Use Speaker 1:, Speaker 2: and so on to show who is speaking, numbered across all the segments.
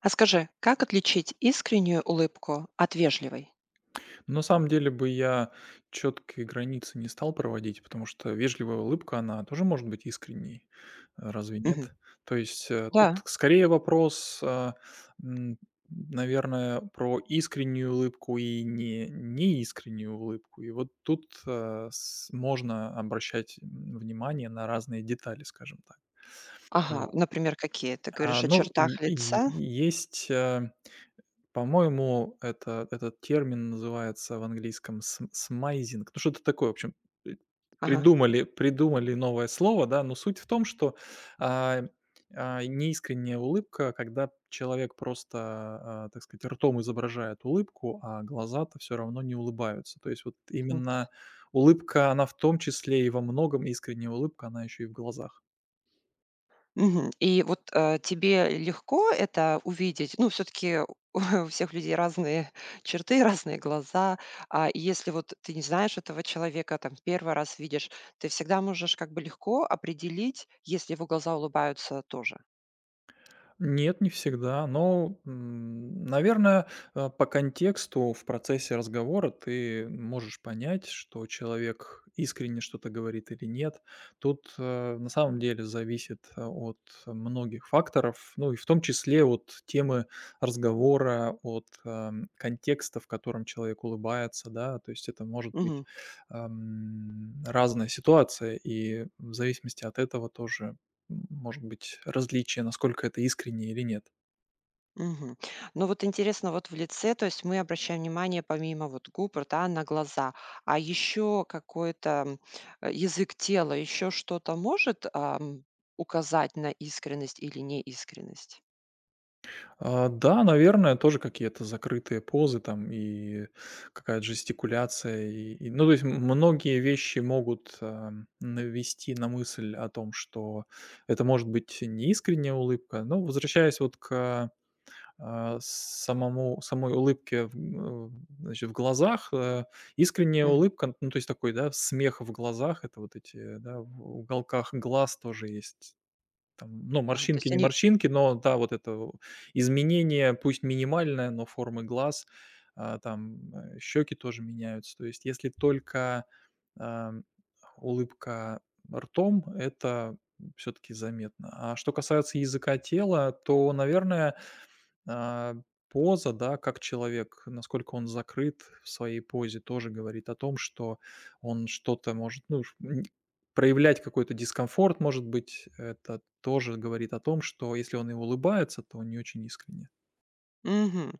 Speaker 1: А скажи, как отличить искреннюю улыбку от вежливой?
Speaker 2: На самом деле бы я четкие границы не стал проводить, потому что вежливая улыбка, она тоже может быть искренней. Разве нет?
Speaker 1: Мгм.
Speaker 2: То есть тут
Speaker 1: Да.
Speaker 2: скорее вопрос, м, наверное, про искреннюю улыбку и не неискреннюю улыбку. И вот тут с- можно обращать внимание на разные детали, скажем так.
Speaker 1: Ага,
Speaker 2: Вот.
Speaker 1: например, какие? Ты говоришь о
Speaker 2: Ну,
Speaker 1: чертах
Speaker 2: и, и
Speaker 1: лица?
Speaker 2: и есть по-моему, это этот термин называется в английском см смайзинг. Ну, что-то такое, в общем, э,
Speaker 1: Ага.
Speaker 2: придумали новое слово, да, но суть в том, что, а, неискренняя улыбка, когда человек просто, так сказать, ртом изображает улыбку, а глаза-то все равно не улыбаются. То есть вот
Speaker 1: М.
Speaker 2: именно улыбка, она в том числе и во многом искренняя улыбка, она еще и в глазах.
Speaker 1: Мгм. И вот, тебе легко это увидеть? Ну, все таки у всех людей разные черты, разные глаза. И если вот ты не знаешь этого человека, там, первый раз видишь, ты всегда можешь как бы легко определить, если его глаза улыбаются тоже?
Speaker 2: Нет, не всегда, но, наверное, по контексту в процессе разговора ты можешь понять, что человек искренне что-то говорит или нет. Тут на самом деле зависит от многих факторов, ну и в том числе от темы разговора, от контекста, в котором человек улыбается, да, то есть это может быть разная ситуация, и в зависимости от этого тоже может быть, различия, насколько это искренне или нет.
Speaker 1: Мгм. Ну вот интересно, вот в лице, то есть мы обращаем внимание помимо вот губ, рта на глаза, а еще какой-то язык тела, еще что-то может указать на искренность или неискренность?
Speaker 2: Да, наверное, тоже какие-то закрытые позы там и какая-то жестикуляция. Ну, то есть м- многие вещи могут навести на мысль о том, что это может быть не искренняя улыбка. Но возвращаясь вот к самой улыбке в, значит, в глазах, искренняя
Speaker 1: Мгм.
Speaker 2: улыбка, ну, то есть такой, да, смех в глазах, это вот эти, да, в уголках глаз тоже есть. Там, ну,
Speaker 1: Ага, то
Speaker 2: морщинки,
Speaker 1: есть
Speaker 2: не
Speaker 1: они
Speaker 2: морщинки, но да, вот это у изменение, пусть минимальное, но формы глаз, там, щеки тоже меняются. То есть если только, ам, улыбка ртом, это все таки заметно. А что касается языка тела, то, наверное, а, поза, да, как человек, насколько он закрыт в своей позе, тоже говорит о том, что он что-то может, ну, ш- н- проявлять какой-то дискомфорт, может быть, это тоже говорит о том, что если он и улыбается, то не очень искренне.
Speaker 1: Мгм.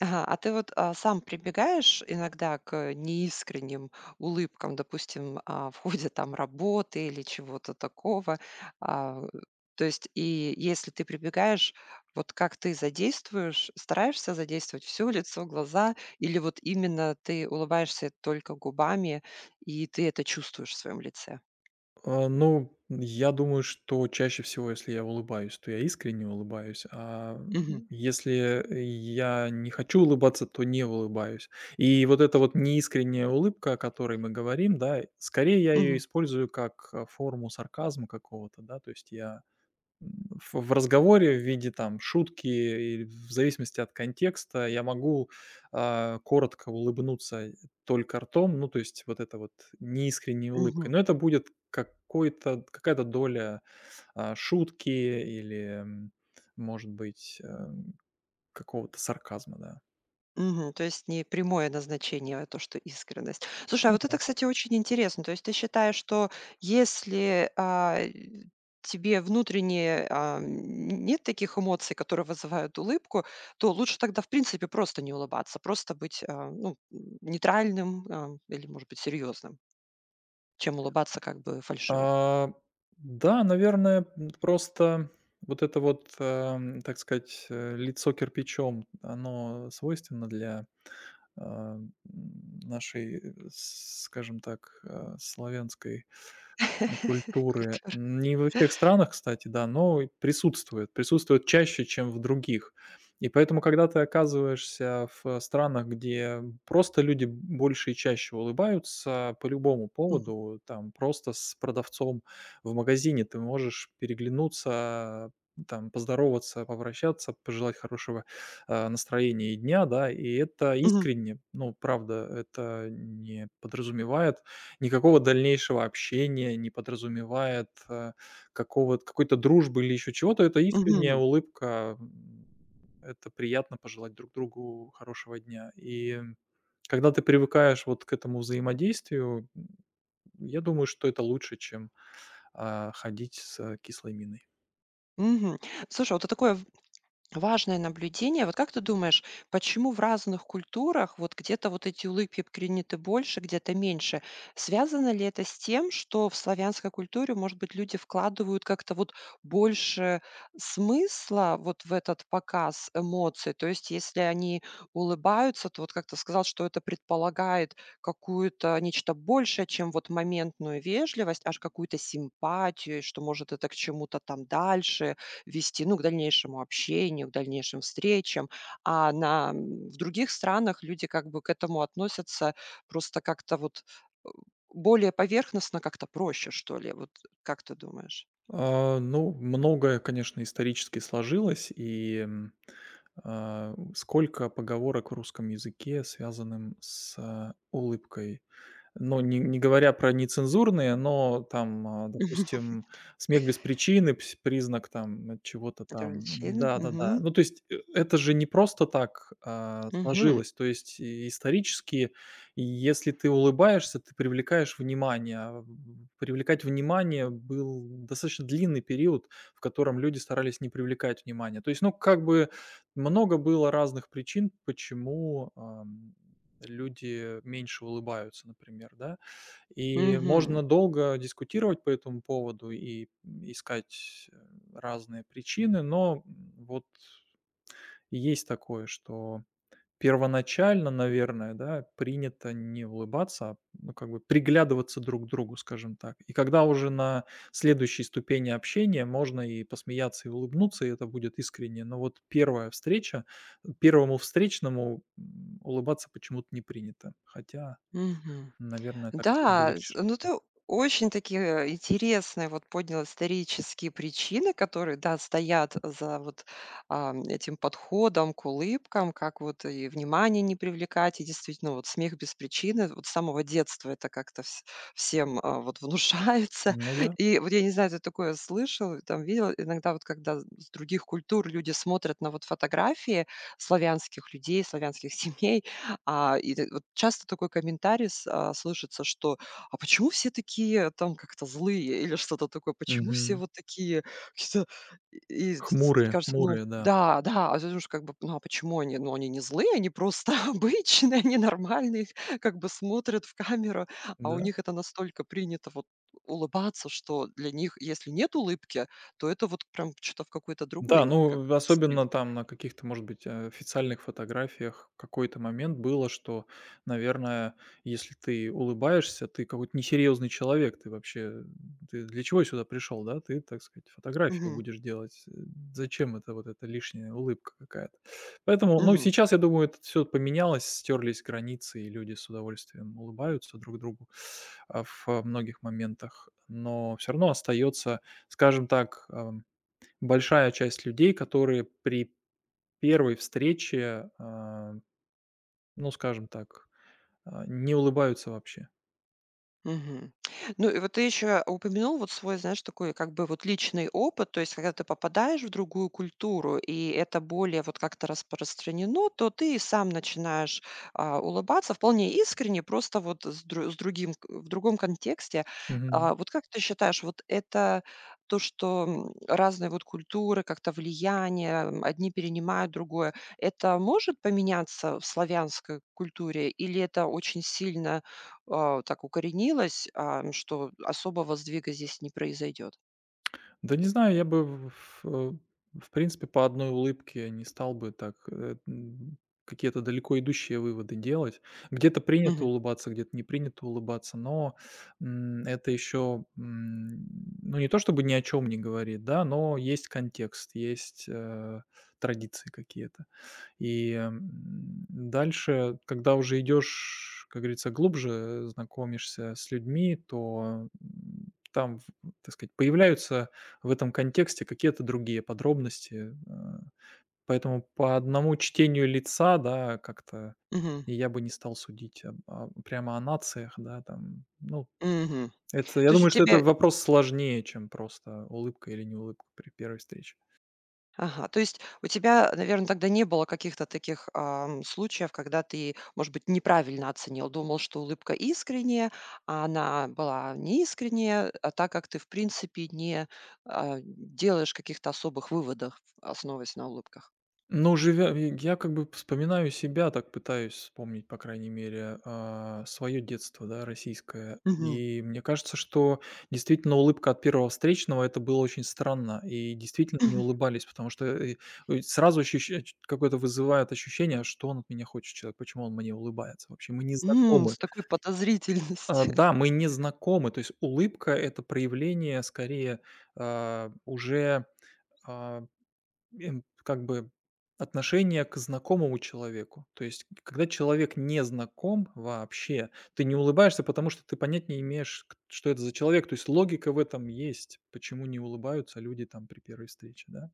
Speaker 1: Ага, а ты вот, сам прибегаешь иногда к неискренним улыбкам, допустим, в ходе там работы или чего-то такого? А, То есть и если ты прибегаешь, вот как ты задействуешь, стараешься задействовать все лицо, глаза или вот именно ты улыбаешься только губами и ты это чувствуешь в своем лице?
Speaker 2: Ну, я думаю, что чаще всего, если я улыбаюсь, то я искренне улыбаюсь,
Speaker 1: Мгм.
Speaker 2: если я не хочу улыбаться, то не улыбаюсь. И вот эта вот неискренняя улыбка, о которой мы говорим, да, скорее я ее
Speaker 1: Мгм.
Speaker 2: использую как, форму сарказма какого-то, да, то есть я в разговоре в виде там шутки или в зависимости от контекста я могу, коротко улыбнуться только ртом. Ну, то есть вот это вот неискренняя улыбка.
Speaker 1: Мгм.
Speaker 2: Но это будет какой-то какая-то доля, шутки или, может быть, какого-то сарказма, да.
Speaker 1: Мгм. То есть не прямое назначение, а то, что искренность. Слушай, а
Speaker 2: Ну
Speaker 1: вот это,
Speaker 2: да.
Speaker 1: кстати, очень интересно. То есть ты считаешь, что если тебе внутренне нет таких эмоций, которые вызывают улыбку, то лучше тогда, в принципе, просто не улыбаться, просто быть ну, нейтральным или, может быть, серьезным, чем улыбаться как бы фальшиво.
Speaker 2: А, да, наверное, просто вот это вот, так сказать, лицо кирпичом, оно свойственно для а, нашей, с скажем так, славянской культуры.
Speaker 1: Культура.
Speaker 2: Не во всех странах, кстати, да, но и присутствует. Присутствует чаще, чем в других. И поэтому, когда ты оказываешься в, странах, где просто люди больше и чаще улыбаются по любому
Speaker 1: Мгм.
Speaker 2: поводу, там просто с продавцом в магазине ты можешь переглянуться, там поздороваться, попрощаться, пожелать хорошего, настроения и дня, да. И это
Speaker 1: Мгм.
Speaker 2: искренне, ну, правда, это не подразумевает никакого дальнейшего общения, не подразумевает, какого какой-то дружбы или еще чего-то. Это искренняя
Speaker 1: Мгм.
Speaker 2: улыбка. Это приятно пожелать друг другу хорошего дня. И когда ты привыкаешь вот к этому взаимодействию, я думаю, что это лучше, чем, ходить с, кислой миной.
Speaker 1: Мгм. Слушай, а вот такое важное наблюдение. Вот как ты думаешь, почему в разных культурах вот где-то вот эти улыбки приняты больше, где-то меньше? Связано ли это с тем, что в славянской культуре, может быть, люди вкладывают как-то вот больше смысла вот в этот показ эмоций? То есть, если они улыбаются, то вот как ты сказал, что это предполагает какую-то нечто большее, чем вот моментную вежливость, аж какую-то симпатию, и что может это к чему-то там дальше вести, ну, к дальнейшему общению, к дальнейшим встречам. В других странах люди как бы к этому относятся просто как-то вот, э, более поверхностно, как-то проще, что ли. Вот как ты думаешь?
Speaker 2: Ну, многое, конечно, исторически сложилось, сколько поговорок в русском языке, связанным с улыбкой. Ну, не не говоря про нецензурные, но там, допустим, смех без причины, пс признак там чего-то
Speaker 1: Это
Speaker 2: там.
Speaker 1: развлечение.
Speaker 2: Да-да-да.
Speaker 1: Мгм.
Speaker 2: Ну, то есть, это же не просто так,
Speaker 1: Мгм.
Speaker 2: сложилось. То есть, и исторически, и если ты улыбаешься, ты привлекаешь внимание. А в привлекать внимание был достаточно длинный период, в котором люди старались не привлекать внимание. То есть, ну, как бы много было разных причин, почему, ам люди меньше улыбаются, например, да. И
Speaker 1: Мгм.
Speaker 2: можно долго дискутировать по этому поводу и искать, разные причины, но, вот есть такое, что первоначально, наверное, да, принято не улыбаться, ну, как бы приглядываться друг к другу, скажем так. И когда уже на следующей ступени общения можно и посмеяться, и улыбнуться, и это будет искренне. Но вот первая встреча, первому встречному, улыбаться почему-то не принято. Хотя,
Speaker 1: Мгм.
Speaker 2: наверное, так было бы
Speaker 1: Да,
Speaker 2: легче
Speaker 1: з
Speaker 2: жить.
Speaker 1: ну ты очень такие интересные вот поднял исторические причины, которые, да, стоят за вот, этим подходом к улыбкам, как вот и внимание не привлекать, и действительно вот смех без причины. Вот с самого детства это как-то вс всем, вот внушается.
Speaker 2: Ну да.
Speaker 1: И вот я не знаю, ты такое слышал, там видел, иногда вот когда с других культур люди смотрят на вот фотографии славянских людей, славянских семей, и т вот часто такой комментарий слышится, что: «А почему все такие там как-то злые?» Или что-то такое. «Почему все
Speaker 2: Мгм.
Speaker 1: вот такие какие-то?» И т ц
Speaker 2: Хмурые,
Speaker 1: кажется, ну
Speaker 2: хмурые, да.
Speaker 1: да, да, а ты думаешь как бы: «Ну, а почему они? Ну, они не злые, они просто обычные, они нормальные, как бы смотрят в камеру». А у
Speaker 2: Да.
Speaker 1: них это настолько принято вот улыбаться, что для них, если нет улыбки, то это вот прям что-то в какой-то
Speaker 2: Да,
Speaker 1: другой как
Speaker 2: ну,
Speaker 1: экстрим.
Speaker 2: особенно там на каких-то, может быть, официальных фотографиях в какой-то момент было, что, наверное, если ты улыбаешься, ты какой-то несерьезный человек, ты вообще ты для чего сюда пришел, да? Ты, так сказать, фотографию
Speaker 1: Мгм.
Speaker 2: будешь делать. Зачем это вот эта лишняя улыбка какая-то? Поэтому, ну,
Speaker 1: Мгм.
Speaker 2: сейчас, я думаю, это все поменялось, стерлись границы, и люди с удовольствием улыбаются друг другу, в многих моментах. Но все равно остается, скажем так, большая часть людей, которые при первой встрече, ну, скажем так, не улыбаются вообще.
Speaker 1: Мгм. Ну и вот ты еще упомянул вот свой, знаешь, такой как бы вот личный опыт, то есть когда ты попадаешь в другую культуру, и это более вот как-то распространено, то ты и сам начинаешь улыбаться вполне искренне, просто вот с, дру- с другим, к- в другом контексте.
Speaker 2: Мгм.
Speaker 1: Вот как ты считаешь, вот это то, что разные вот культуры, как-то влияние, одни перенимают другое, это может поменяться в славянской культуре, или это очень сильно так укоренилось, что особого сдвига здесь не произойдет.
Speaker 2: Да не знаю, я бы в, э, в принципе по одной улыбке не стал бы так, какие-то далеко идущие выводы делать. Где-то принято
Speaker 1: Мгм.
Speaker 2: улыбаться, где-то не принято улыбаться, но, это еще, ну, не то чтобы ни о чем не говорит, да, но есть контекст, есть, традиции какие-то. Дальше, когда уже идешь, как говорится, глубже, знакомишься с людьми, то, там, в, так сказать, появляются в этом контексте какие-то другие подробности. Поэтому по одному чтению лица, да, как-то
Speaker 1: Мгм.
Speaker 2: я бы не стал судить об прямо о нациях, да, там. Ну,
Speaker 1: Мгм.
Speaker 2: это я
Speaker 1: То есть у
Speaker 2: думаю, что это
Speaker 1: тебя
Speaker 2: вопрос сложнее, чем просто улыбка или не улыбка при первой встрече.
Speaker 1: Ага, то есть у тебя, наверное, тогда не было каких-то таких, случаев, когда ты, может быть, неправильно оценил, думал, что улыбка искренняя, а она была неискренняя, а так как ты, в принципе, не, делаешь каких-то особых выводов, основываясь на улыбках.
Speaker 2: Ну, живя и я как бы вспоминаю себя, так пытаюсь вспомнить, по крайней мере, свое детство, да, российское.
Speaker 1: Мгм.
Speaker 2: И мне кажется, что действительно улыбка от первого встречного — это было очень странно. И действительно не
Speaker 1: Мгм.
Speaker 2: улыбались, потому что, сразу ощущ э, ч какое-то вызывает ощущение: "Что он от меня хочет, человек? Почему он мне улыбается вообще? Мы не
Speaker 1: М,
Speaker 2: знакомы".
Speaker 1: с такой подозрительностью.
Speaker 2: Да, мы не знакомы. То есть улыбка — это проявление скорее, а, уже, а как бы отношение к знакомому человеку. То есть, когда человек не знаком вообще, ты не улыбаешься, потому что ты понять не имеешь, к- что это за человек. То есть логика в этом есть, почему не улыбаются люди там при первой встрече, да.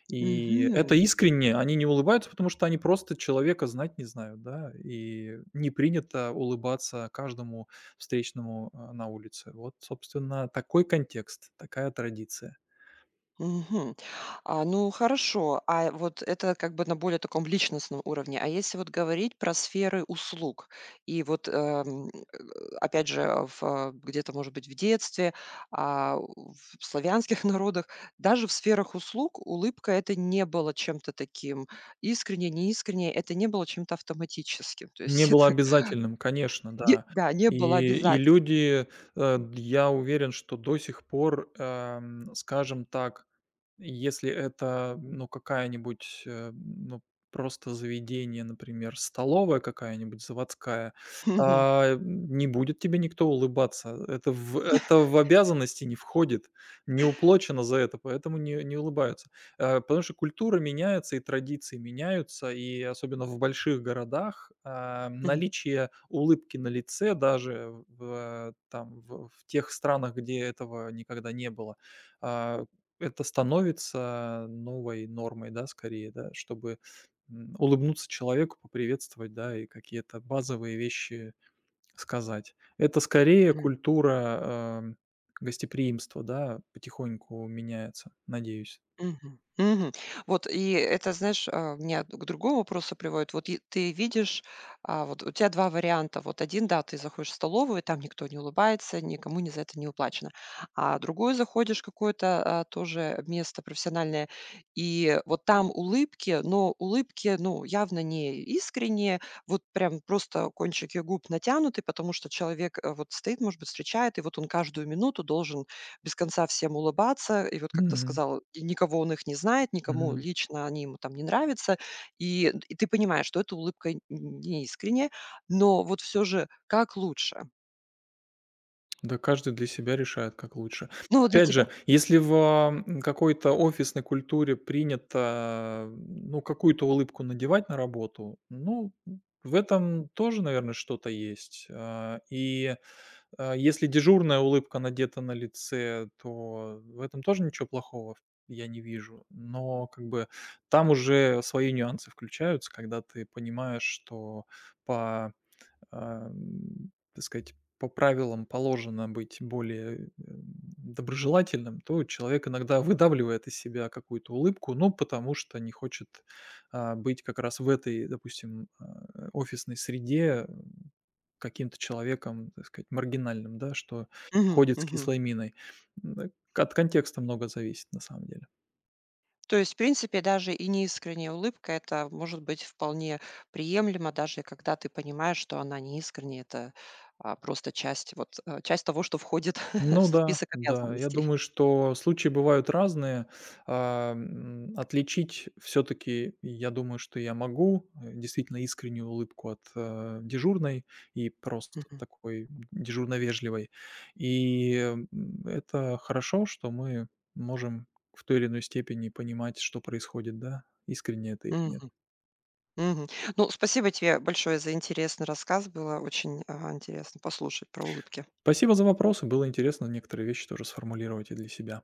Speaker 2: И это
Speaker 1: Мгм.
Speaker 2: искренне, они не улыбаются, потому что они просто человека знать не знают, да. И не принято улыбаться каждому встречному на улице. Вот, собственно, такой контекст, такая традиция.
Speaker 1: Мгм. Ну хорошо, а вот это как бы на более таком личностном уровне. А если вот говорить про сферы услуг и вот, опять же, где-то, может быть, в детстве, у- в славянских народах, даже в сферах услуг улыбка- это не было чем-то таким искренне, неискренне, это не было чем-то автоматическим. То
Speaker 2: Не
Speaker 1: есть
Speaker 2: было
Speaker 1: это
Speaker 2: обязательным, конечно,
Speaker 1: не
Speaker 2: да.
Speaker 1: да, не было
Speaker 2: И
Speaker 1: обязательно.
Speaker 2: люди, я уверен, что до сих пор, скажем так, если это, ну, какая-нибудь, ну, просто заведение, например, столовая какая-нибудь заводская, не будет тебе никто улыбаться. Это в обязанности не входит, не уплочено за это, поэтому не не улыбаются. Потому что культура меняется и традиции меняются, и особенно в больших городах, наличие улыбки на лице даже в, там, в тех странах, где этого никогда не было, а, это становится новой нормой, да, скорее, да, чтобы, улыбнуться человеку, поприветствовать, да, и какие-то базовые вещи сказать. Это скорее культура, гостеприимства, да, потихоньку меняется, надеюсь.
Speaker 1: Мгм. Мгм. Вот и это, знаешь, меня д- к другому вопросу приводит. Вот и ты видишь, вот у тебя 2 варианта. Вот один, да, ты заходишь в столовую, там никто не улыбается, никому не за это не уплачено. А другой заходишь в какое-то, тоже место профессиональное, и вот там улыбки, но улыбки, ну, явно не искренние, вот прям просто кончики губ натянуты, потому что человек, вот стоит, может быть, встречает, и вот он каждую минуту должен без конца всем улыбаться. И вот, как ты
Speaker 2: Мгм.
Speaker 1: сказал, и никого он их не знает, никому
Speaker 2: Мгм.
Speaker 1: лично они ему там не нравятся. И ты понимаешь, что эта улыбка н- не искренняя, но вот все же как лучше?
Speaker 2: Да, каждый для себя решает, как лучше.
Speaker 1: Ну, вот для
Speaker 2: Опять же,
Speaker 1: тебя.
Speaker 2: если в, какой-то офисной культуре принято, ну, какую-то улыбку надевать на работу, ну, в этом тоже, наверное, что-то есть. Если дежурная улыбка надета на лице, то в этом тоже ничего плохого я не вижу. Но как бы там уже свои нюансы включаются, когда ты понимаешь, что по так сказать, по правилам положено быть более, доброжелательным, то человек иногда выдавливает из себя какую-то улыбку, ну, потому что не хочет, быть как раз в этой, допустим, офисной среде, каким-то человеком, так сказать, маргинальным, да, что
Speaker 1: Мгм,
Speaker 2: ходит с
Speaker 1: мгм.
Speaker 2: кислой миной. М, э, от контекста много зависит на самом деле.
Speaker 1: То есть, в принципе, даже и неискренняя улыбка, это может быть вполне приемлемо, даже когда ты понимаешь, что она не искренняя, это просто часть, вот, часть того, что входит в
Speaker 2: Ну да,
Speaker 1: список
Speaker 2: да. Я
Speaker 1: обязанностей.
Speaker 2: думаю, что случаи бывают разные. Отличить все-таки, я думаю, что я могу действительно искреннюю улыбку от дежурной и просто такой дежурно вежливой. И м, это хорошо, что мы можем в той или иной степени понимать, что происходит, да, искренне это или нет.
Speaker 1: Мгм. Мгм. Ну, спасибо тебе большое за интересный рассказ. Было очень, интересно послушать про улыбки.
Speaker 2: Спасибо за вопросы, было интересно некоторые вещи тоже сформулировать и для себя.